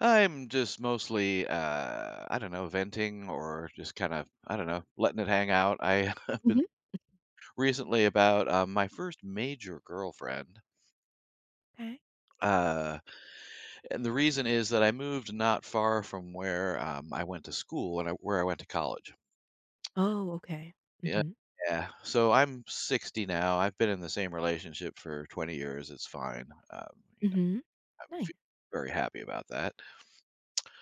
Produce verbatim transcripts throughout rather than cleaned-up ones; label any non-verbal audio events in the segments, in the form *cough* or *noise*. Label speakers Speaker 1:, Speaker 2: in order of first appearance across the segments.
Speaker 1: I'm just mostly, uh, I don't know, venting or just kind of, I don't know, letting it hang out. I *laughs* have been
Speaker 2: Mhm.
Speaker 1: recently about uh, my first major girlfriend.
Speaker 2: Okay.
Speaker 1: Uh, and the reason is that I moved not far from where um, I went to school and I, where I went to college.
Speaker 2: Oh, okay.
Speaker 1: Yeah.
Speaker 2: Mhm.
Speaker 1: Yeah. So I'm sixty now. I've been in the same relationship for twenty years. It's fine. Um, you know,
Speaker 2: Mhm.
Speaker 1: f-
Speaker 2: Nice.
Speaker 1: very happy about that.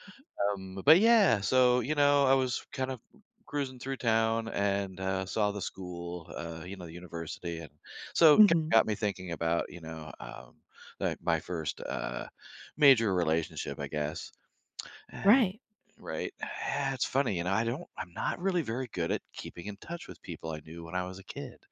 Speaker 2: Mhm.
Speaker 1: Um, but yeah, so you know, I was kind of cruising through town and uh, saw the school, uh, you know, the university, and so it kinda
Speaker 2: Mhm.
Speaker 1: got me thinking about you know, um, like my first uh, major relationship, I guess. And,
Speaker 2: Right.
Speaker 1: right? Yeah, it's funny, you know, I don't, I'm not really very good at keeping in touch with people I knew when I was a kid.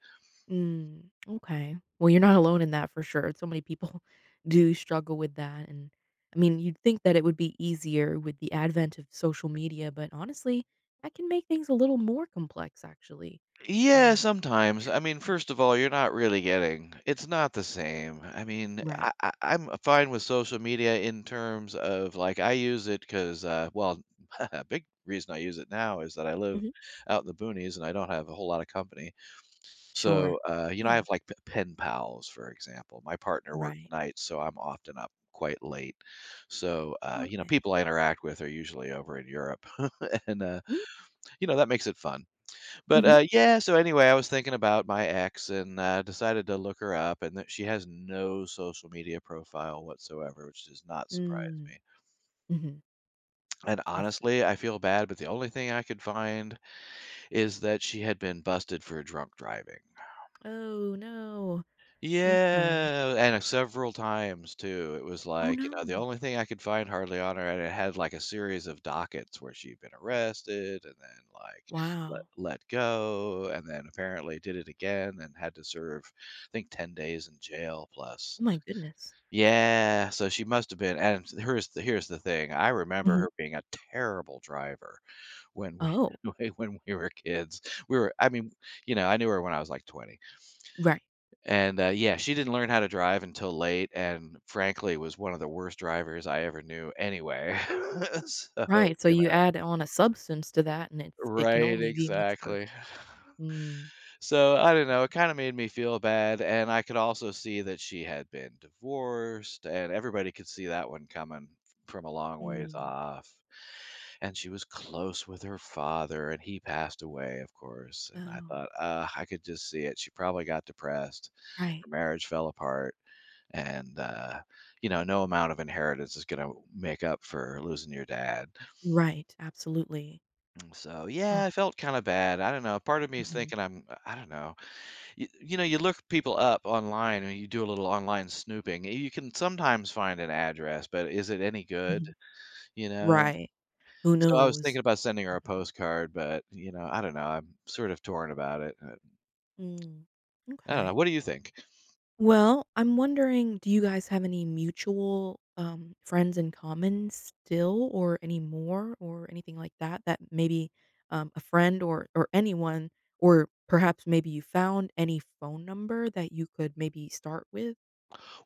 Speaker 2: Mm, okay. Well, you're not alone in that for sure. So many people *laughs* do struggle with that. And I mean, you'd think that it would be easier with the advent of social media, but honestly, that can make things a little more complex, actually.
Speaker 1: Yeah,
Speaker 2: Um,
Speaker 1: sometimes. I mean, first of all, you're not really getting it's not the same. I mean,
Speaker 2: right.
Speaker 1: I, I, I'm fine with social media in terms of like I use it because, uh, well, *laughs* a big reason I use it now is that I live
Speaker 2: Hmm.
Speaker 1: out in the boonies and I don't have a whole lot of company. So,
Speaker 2: Sure.
Speaker 1: uh, you know, I
Speaker 2: Yeah.
Speaker 1: have like p- pen pals, for example. My partner works
Speaker 2: Right.
Speaker 1: nights, so I'm often up quite late. So, uh,
Speaker 2: Oh,
Speaker 1: you know,
Speaker 2: okay.
Speaker 1: people I interact with are usually over in Europe. *laughs* and, uh,
Speaker 2: Mm-hmm.
Speaker 1: you know, that makes it fun but,
Speaker 2: Mm-hmm.
Speaker 1: uh, yeah, so anyway, I was thinking about my ex and, uh, decided to look her up, and that she has no social media profile whatsoever, which does not surprise me.
Speaker 2: Mm-hmm.
Speaker 1: And
Speaker 2: I see.
Speaker 1: honestly, I feel bad, but the only thing I could find is that she had been busted for drunk driving.
Speaker 2: Oh, no. Okay.
Speaker 1: Yeah, and, uh, several times too. It was
Speaker 2: Oh,
Speaker 1: like, you know,
Speaker 2: no.
Speaker 1: the only thing I could find hardly on her, and it had, like, a series of dockets where she'd been arrested and then, like, let
Speaker 2: Wow.
Speaker 1: let go, and then apparently did it again and had to serve, I think, ten days in jail plus.
Speaker 2: Oh my goodness.
Speaker 1: Yeah, so she must have been, and here's the here's the thing, I remember
Speaker 2: Mhm.
Speaker 1: her being a terrible driver when we
Speaker 2: Oh,
Speaker 1: *laughs* when we were kids. We were I mean, you know, I knew her when I was, like, twenty.
Speaker 2: right,
Speaker 1: And, uh, yeah, she didn't learn how to drive until late and frankly was one of the worst drivers I ever knew anyway. *laughs* So,
Speaker 2: right, so
Speaker 1: you know
Speaker 2: you add on a substance to that, and it's it can
Speaker 1: right,
Speaker 2: only be much worse.
Speaker 1: exactly.
Speaker 2: Mm.
Speaker 1: So, I don't know, it kinda made me feel bad, and I could also see that she had been divorced, and everybody could see that one coming from a long ways
Speaker 2: Mm.
Speaker 1: off. And she was close with her father, and he passed away, of course, and I
Speaker 2: Oh.
Speaker 1: thought, "Ugh," I could just see it. She probably got depressed.
Speaker 2: Right,
Speaker 1: Her marriage fell apart, and uh, you know no amount of inheritance is going to make up for losing your dad.
Speaker 2: right, absolutely.
Speaker 1: Mm, so yeah,
Speaker 2: Oh,
Speaker 1: I felt kind of bad. I don't know, part of me is
Speaker 2: mhm,
Speaker 1: thinking I'm, uh, I don't know, you, you know, you look people up online and you do a little online snooping, you can sometimes find an address, but is it any good,
Speaker 2: mhm.
Speaker 1: you know?
Speaker 2: Right. Who
Speaker 1: So I was thinking
Speaker 2: knows?
Speaker 1: about sending her a
Speaker 2: Mhm.
Speaker 1: postcard, but you know, I don't know, I'm sort of torn about it. Uh,
Speaker 2: Mm.
Speaker 1: I don't know,
Speaker 2: Okay.
Speaker 1: what do you think?
Speaker 2: Well, I'm wondering, do you guys have any mutual, um, friends in common still or any more, or anything like that, that maybe, um, a friend or or anyone, or perhaps maybe you found any phone number that you could maybe start with?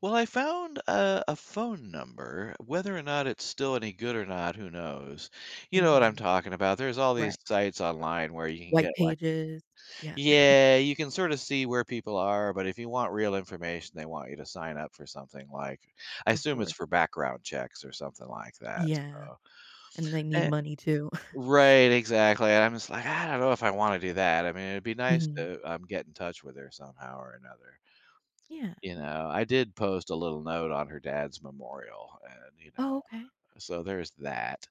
Speaker 1: Well, I found a, a phone number. Whether or not it's still any good or not, who knows? You know what I'm
Speaker 2: Mhm.
Speaker 1: talking about. There's all these
Speaker 2: Right.
Speaker 1: sites online where you can
Speaker 2: White
Speaker 1: get, like,
Speaker 2: pages. Yeah. *laughs*
Speaker 1: yeah, you can sort of see where people are, but if you want real information, they want you to sign up for something like, I
Speaker 2: Of
Speaker 1: assume, it's
Speaker 2: course.
Speaker 1: for background checks or something like that.
Speaker 2: Yeah,
Speaker 1: So,
Speaker 2: and they need
Speaker 1: eh,
Speaker 2: money too. *laughs*
Speaker 1: right, exactly. And I'm just like, I don't know if I want to do that. I mean, it'd be nice
Speaker 2: Mhm.
Speaker 1: to um, get in touch with her somehow or another.
Speaker 2: Yeah.
Speaker 1: You know, I did post a little note on her dad's memorial and, you know,
Speaker 2: Oh, okay.
Speaker 1: so there's that.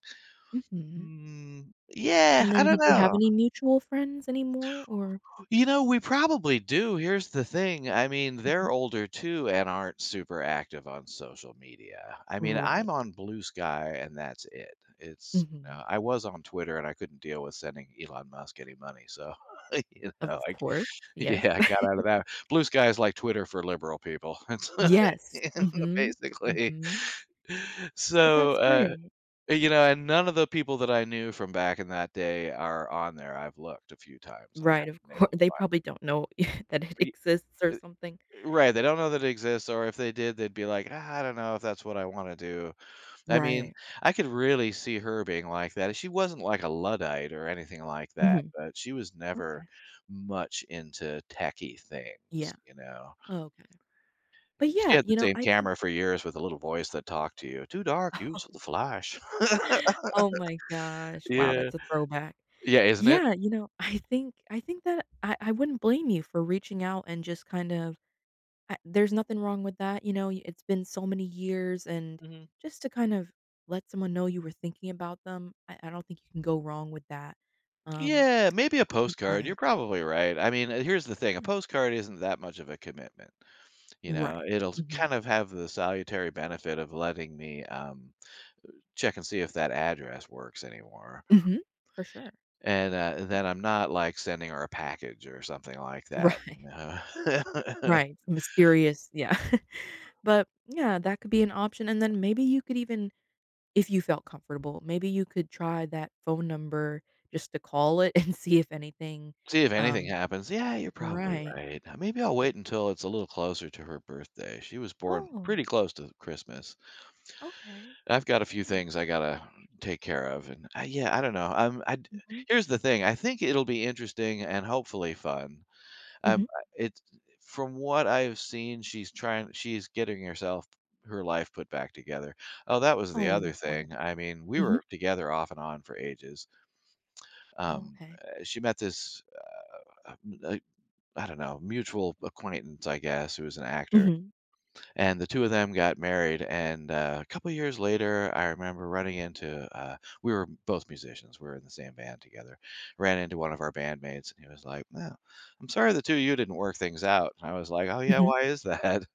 Speaker 2: Mhm.
Speaker 1: Mm, yeah,
Speaker 2: And
Speaker 1: I
Speaker 2: then
Speaker 1: don't
Speaker 2: did you have
Speaker 1: know.
Speaker 2: any mutual friends anymore, or
Speaker 1: You know, we probably do. Here's the thing. I mean, they're
Speaker 2: Mhm.
Speaker 1: older too, and aren't super active on social media. I mean, I'm
Speaker 2: Right.
Speaker 1: on Blue Sky and that's it. It's, you
Speaker 2: Mhm.
Speaker 1: know, I was on Twitter and I couldn't deal with sending Elon Musk any money. So, *laughs* you
Speaker 2: Of
Speaker 1: know, like,
Speaker 2: course, yes.
Speaker 1: yeah, I
Speaker 2: *laughs*
Speaker 1: got out of that. Blue Sky is like Twitter for liberal people. *laughs*
Speaker 2: Yes.
Speaker 1: It's *laughs*
Speaker 2: Mhm,
Speaker 1: basically.
Speaker 2: mhm.
Speaker 1: *laughs*
Speaker 2: But
Speaker 1: So,
Speaker 2: that's
Speaker 1: uh,
Speaker 2: great.
Speaker 1: you know, and none of the people that I knew from back in that day are on there. I've looked a few times and I
Speaker 2: Right, of
Speaker 1: haven't been
Speaker 2: course,
Speaker 1: able to
Speaker 2: they
Speaker 1: find
Speaker 2: probably
Speaker 1: it.
Speaker 2: don't know *laughs* that it
Speaker 1: Be-
Speaker 2: exists or
Speaker 1: uh,
Speaker 2: something.
Speaker 1: Right, they don't know that it exists, or if they did, they'd be like, "Ah, I don't know if that's what I want to do." I mean,
Speaker 2: Right.
Speaker 1: I could really see her being like that. She wasn't like a Luddite or anything like that,
Speaker 2: Mhm.
Speaker 1: but she was never
Speaker 2: Okay.
Speaker 1: much into techie things,
Speaker 2: Yeah.
Speaker 1: you know.
Speaker 2: Okay. But
Speaker 1: She
Speaker 2: yeah,
Speaker 1: had the
Speaker 2: you know,
Speaker 1: same
Speaker 2: I think
Speaker 1: camera for years with a little voice that talked to you. Too dark, use the
Speaker 2: *laughs*
Speaker 1: flash. *laughs*
Speaker 2: oh my gosh. Wow,
Speaker 1: Yeah.
Speaker 2: that's a throwback.
Speaker 1: Yeah, isn't it?
Speaker 2: Yeah, you know, I think I think that I I wouldn't blame you for reaching out and just kind of I there's nothing wrong with that, you know, y- it's been so many years, and
Speaker 1: Mhm.
Speaker 2: just to kind of let someone know you were thinking about them, I I don't think you can go wrong with that. Um,
Speaker 1: Yeah, maybe a
Speaker 2: I think,
Speaker 1: postcard.
Speaker 2: yeah.
Speaker 1: You're probably right. I mean, uh, here's the thing, a
Speaker 2: Yeah.
Speaker 1: postcard isn't that much of a commitment, you know?
Speaker 2: Right.
Speaker 1: It'll s
Speaker 2: Mhm.
Speaker 1: kind of have the salutary benefit of letting me, um, check and see if that address works anymore,
Speaker 2: Mhm. For sure.
Speaker 1: and, uh, then I'm not, like, sending her a package or something like that,
Speaker 2: Right.
Speaker 1: you
Speaker 2: *laughs*
Speaker 1: know? *laughs*
Speaker 2: Right. Mysterious, yeah. *laughs* But, yeah, that could be an option, and then maybe you could even, if you felt comfortable, maybe you could try that phone number just to call it *laughs* and see if anything,
Speaker 1: See if anything
Speaker 2: um
Speaker 1: happens. Yeah, you're probably
Speaker 2: right.
Speaker 1: right. Uh, maybe I'll wait until it's a little closer to her birthday. She was born
Speaker 2: Oh,
Speaker 1: pretty close to Christmas.
Speaker 2: okay.
Speaker 1: I've got a few
Speaker 2: Yeah.
Speaker 1: things I gotta take care of, and I, yeah, I don't know. Um, I d-
Speaker 2: Mhm,
Speaker 1: here's the thing. I think it'll be interesting and hopefully fun. Um,
Speaker 2: mhm.
Speaker 1: I- it's, from what I've seen, she's trying. She's getting herself, her life put back together. Oh, that was the
Speaker 2: Oh,
Speaker 1: other
Speaker 2: that's
Speaker 1: thing.
Speaker 2: wonderful.
Speaker 1: I mean, we
Speaker 2: Mhm.
Speaker 1: were together off and on for ages.
Speaker 2: Oh,
Speaker 1: Um,
Speaker 2: okay.
Speaker 1: uh, she met this, uh, m- uh, I don't know, mutual acquaintance, I guess, who was an actor,
Speaker 2: Mhm,
Speaker 1: and the two of them got married, and uh, a couple years later, I remember running into, uh, we were both musicians, we were in the same band together, ran into one of our bandmates, and he was like, "No, I'm sorry the two of you didn't work things out," and I was like, "Oh, yeah,
Speaker 2: mhm.
Speaker 1: why is that?" *laughs*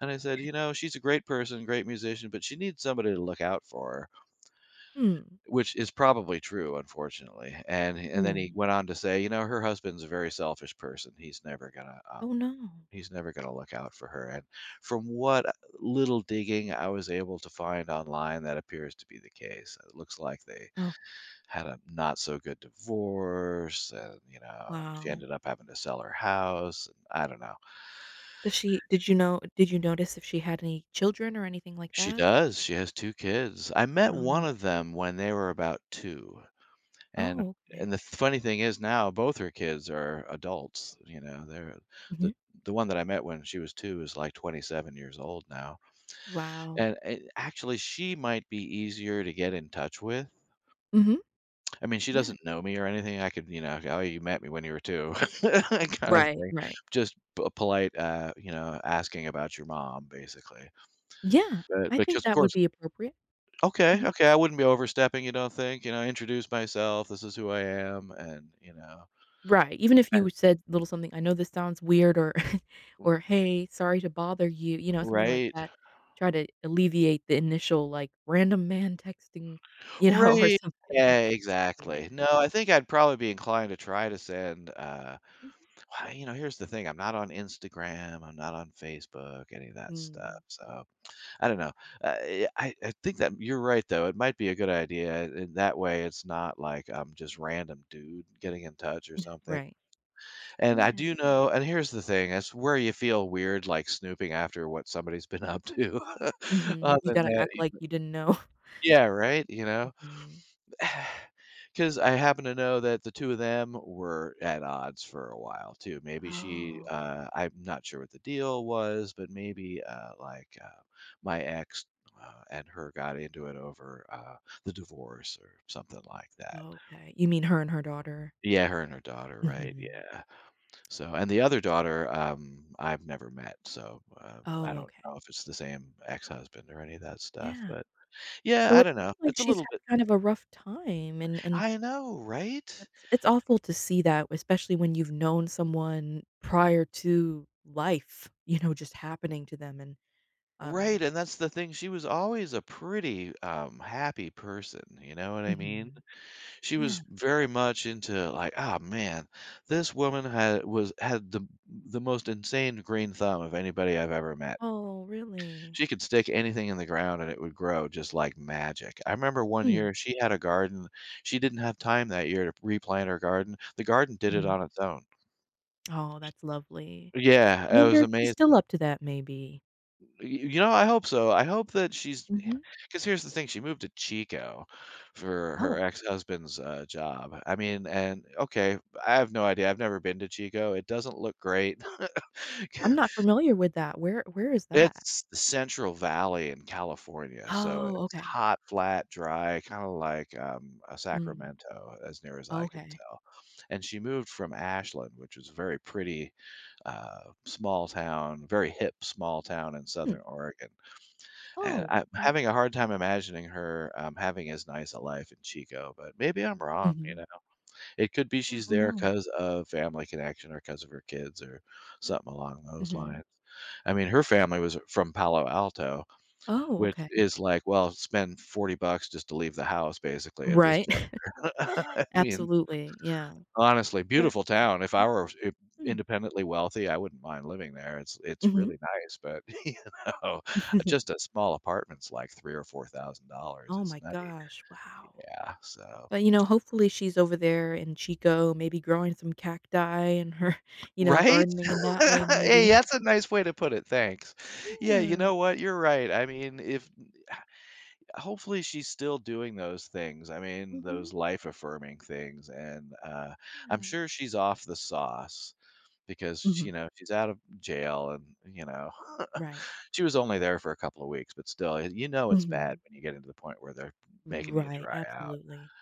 Speaker 1: And I said, you know, she's a great person, great musician, but she needs somebody to look out for her,
Speaker 2: Hmm,
Speaker 1: which is probably true, unfortunately, and and then he
Speaker 2: hmm.
Speaker 1: went on to say, "You know, her husband's a very selfish person. He's never gonna, um,
Speaker 2: Oh, no.
Speaker 1: he's never gonna look out for her." And from what uh, little digging I was able to find online, that appears to be the case. It looks like they
Speaker 2: Oh,
Speaker 1: had a not so good divorce, and you know, she
Speaker 2: wow.
Speaker 1: ended up having to sell her house. And I don't know.
Speaker 2: Does she did you know did you notice if she had any children or anything like
Speaker 1: She
Speaker 2: that?
Speaker 1: does. She has two kids. I met one
Speaker 2: Oh.
Speaker 1: of them when they were about two. And
Speaker 2: Oh, okay.
Speaker 1: and the funny thing is, now both her kids are adults, you know, they're the
Speaker 2: Mhm.
Speaker 1: the one that I met when she was two is, like, twenty-seven years old now,
Speaker 2: Wow.
Speaker 1: and and actually she might be easier to get in touch with.
Speaker 2: Mhm.
Speaker 1: I mean, she
Speaker 2: Yeah.
Speaker 1: doesn't know me or anything, I could, you know, "Oh, you met me when you were two," *laughs* kind of
Speaker 2: Right,
Speaker 1: thing.
Speaker 2: right.
Speaker 1: Just p- a polite, uh, you know, asking about your mom, basically.
Speaker 2: Yeah,
Speaker 1: But,
Speaker 2: I
Speaker 1: because,
Speaker 2: think
Speaker 1: of
Speaker 2: that
Speaker 1: course,
Speaker 2: would be appropriate.
Speaker 1: "Okay, okay, I wouldn't be overstepping, you don't think? You know, introduce myself, this is who I am," and, you know
Speaker 2: Right, even if
Speaker 1: and
Speaker 2: you said little something, "I know this sounds weird," or *laughs* or, "Hey, sorry to bother you," you know, something like
Speaker 1: right.
Speaker 2: that. Try to alleviate the initial, like, random man texting, you know, *laughs* or
Speaker 1: Right.
Speaker 2: something.
Speaker 1: Yeah,
Speaker 2: Yeah.
Speaker 1: exactly. No, I think I'd probably be inclined to try to send, uh well, you know, here's the thing, I'm not on Instagram, I'm not on Facebook, any of that stuff,
Speaker 2: Mhm.
Speaker 1: so, I don't know. Uh, eh, I I think that you're right, though, it might be a good idea, eh, in that way it's not like I'm just random dude getting in touch or something,
Speaker 2: Right.
Speaker 1: and I
Speaker 2: Yeah.
Speaker 1: do know, and here's the thing, it's where you feel weird, like, snooping after what somebody's been up to *laughs* on
Speaker 2: Mhm. You
Speaker 1: the
Speaker 2: gotta
Speaker 1: net.
Speaker 2: act like you didn't know.
Speaker 1: Yeah, right, you know?
Speaker 2: Mhm.
Speaker 1: 'Cause *sighs* I happen to know that the two of them were at odds for a while too. Maybe she,
Speaker 2: Oh,
Speaker 1: uh I'm not sure what the deal was, but maybe, uh, like, uh, my ex, uh, and her got into it over, uh, the divorce or something like that.
Speaker 2: okay. You mean her and her daughter?
Speaker 1: Yeah, her and her daughter, right,
Speaker 2: Mhm.
Speaker 1: yeah. So, and the other daughter, um, I've never met, so, uh, I
Speaker 2: Oh,
Speaker 1: don't
Speaker 2: okay.
Speaker 1: know if it's the same ex-husband or any of that stuff,
Speaker 2: Yeah.
Speaker 1: but yeah,
Speaker 2: So
Speaker 1: I
Speaker 2: it
Speaker 1: don't know.
Speaker 2: sounds like
Speaker 1: It's a
Speaker 2: she's
Speaker 1: little bit,
Speaker 2: had kind of a rough time, and and
Speaker 1: I know, right?
Speaker 2: It's it's awful to see that, especially when you've known someone prior to life, *laughs* you know, just happening to them, and,
Speaker 1: Right,
Speaker 2: um
Speaker 1: and that's the thing, she was always a pretty, um, happy person, you know what I mean?
Speaker 2: Mhm.
Speaker 1: She was
Speaker 2: Yeah.
Speaker 1: very much into, like, "Ah, man, this woman had was had the the most insane green thumb of anybody I've ever met.
Speaker 2: Oh, really?
Speaker 1: She could stick anything in the ground and it would grow just like magic." I remember one
Speaker 2: Mm,
Speaker 1: year she had a garden, she didn't have time that year to replant her garden, the garden did it
Speaker 2: mhm.
Speaker 1: on its own.
Speaker 2: Oh, that's lovely. I
Speaker 1: Yeah, it was
Speaker 2: wonder if she's still
Speaker 1: amazing.
Speaker 2: up to that maybe.
Speaker 1: Y you know, I hope so. I hope that she's,
Speaker 2: Mhm.
Speaker 1: because here's the thing, she moved to Chico for her
Speaker 2: Oh,
Speaker 1: ex-husband's, uh, job. I mean, and okay, I have no idea. I've never been to Chico. It doesn't look great.
Speaker 2: I'm not
Speaker 1: *laughs*
Speaker 2: familiar with that. Where where is that?
Speaker 1: It's the Central Valley in California, so
Speaker 2: Oh,
Speaker 1: it's
Speaker 2: okay.
Speaker 1: hot, flat, dry, kinda like, um, uh,
Speaker 2: Mm,
Speaker 1: Sacramento, as near as I can
Speaker 2: okay.
Speaker 1: tell. And she moved from Ashland, which is a very pretty, uh, small town, very hip small town in
Speaker 2: Hmm.
Speaker 1: Southern Oregon. And
Speaker 2: Oh,
Speaker 1: I'm
Speaker 2: okay.
Speaker 1: having a hard time imagining her, um, having as nice a life in Chico, but maybe I'm wrong, you know?
Speaker 2: Mhm.
Speaker 1: It could be
Speaker 2: Yeah,
Speaker 1: she's
Speaker 2: oh
Speaker 1: there
Speaker 2: no.
Speaker 1: because of family connection or because of her kids or something along those
Speaker 2: Mhm.
Speaker 1: lines. I mean, her family was from Palo Alto,
Speaker 2: Oh,
Speaker 1: which
Speaker 2: okay.
Speaker 1: is like, well, spend forty bucks just to leave the house basically at this
Speaker 2: Right.
Speaker 1: job.
Speaker 2: *laughs*
Speaker 1: *laughs* I mean,
Speaker 2: Absolutely, yeah.
Speaker 1: honestly,
Speaker 2: But
Speaker 1: beautiful town. If I were I
Speaker 2: mm,
Speaker 1: independently wealthy, I wouldn't mind living there. It's it's
Speaker 2: mhm.
Speaker 1: really nice, but, *laughs* you know, just
Speaker 2: *laughs*
Speaker 1: a small apartment's like three or four thousand dollars.
Speaker 2: Oh
Speaker 1: It's
Speaker 2: my
Speaker 1: nutty.
Speaker 2: gosh, wow.
Speaker 1: Yeah, so,
Speaker 2: But, you know, hopefully she's over there in Chico, maybe growing some cacti and her, *laughs* you know,
Speaker 1: right?
Speaker 2: gardening in that
Speaker 1: *laughs*
Speaker 2: way
Speaker 1: Hey,
Speaker 2: maybe.
Speaker 1: that's a
Speaker 2: *laughs*
Speaker 1: nice way to put it, thanks. Yeah, you
Speaker 2: Yeah,
Speaker 1: know what? You're right. I mean, if, hopefully, she's still doing those things. I mean, those
Speaker 2: mhm,
Speaker 1: life affirming things, and, uh, I'm
Speaker 2: yeah.
Speaker 1: sure she's off the sauce because, you
Speaker 2: Mhm,
Speaker 1: know, she's out of jail and, you know,
Speaker 2: right.
Speaker 1: she was only there for a couple of weeks, but still, eh, you know, it's bad
Speaker 2: Mhm.
Speaker 1: when you get into the point where they're making you
Speaker 2: Right,
Speaker 1: dry out.
Speaker 2: absolutely.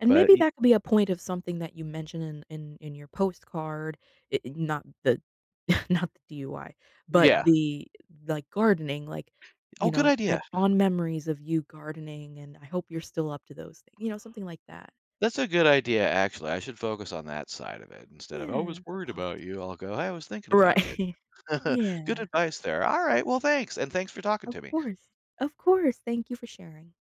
Speaker 2: And
Speaker 1: But
Speaker 2: maybe
Speaker 1: y
Speaker 2: that could be a point of something that you mention in in in your postcard, i i not the *laughs* not the D U I, but
Speaker 1: yeah.
Speaker 2: the, like, gardening, like,
Speaker 1: Oh,
Speaker 2: you
Speaker 1: good
Speaker 2: know, "I
Speaker 1: idea.
Speaker 2: have fond memories of you gardening, and I hope you're still up to those things." You know, something like that.
Speaker 1: That's a good idea, actually. I should focus on that side of it instead of, "Oh, I was
Speaker 2: Yeah, the
Speaker 1: worried about
Speaker 2: positive.
Speaker 1: you." I'll go, "Hey, I was thinking about you."
Speaker 2: Right. *laughs*
Speaker 1: *laughs*
Speaker 2: Yeah,
Speaker 1: Good advice there. Alright, well, thanks, and thanks for talking
Speaker 2: of
Speaker 1: to me.
Speaker 2: course, of course, thank you for sharing.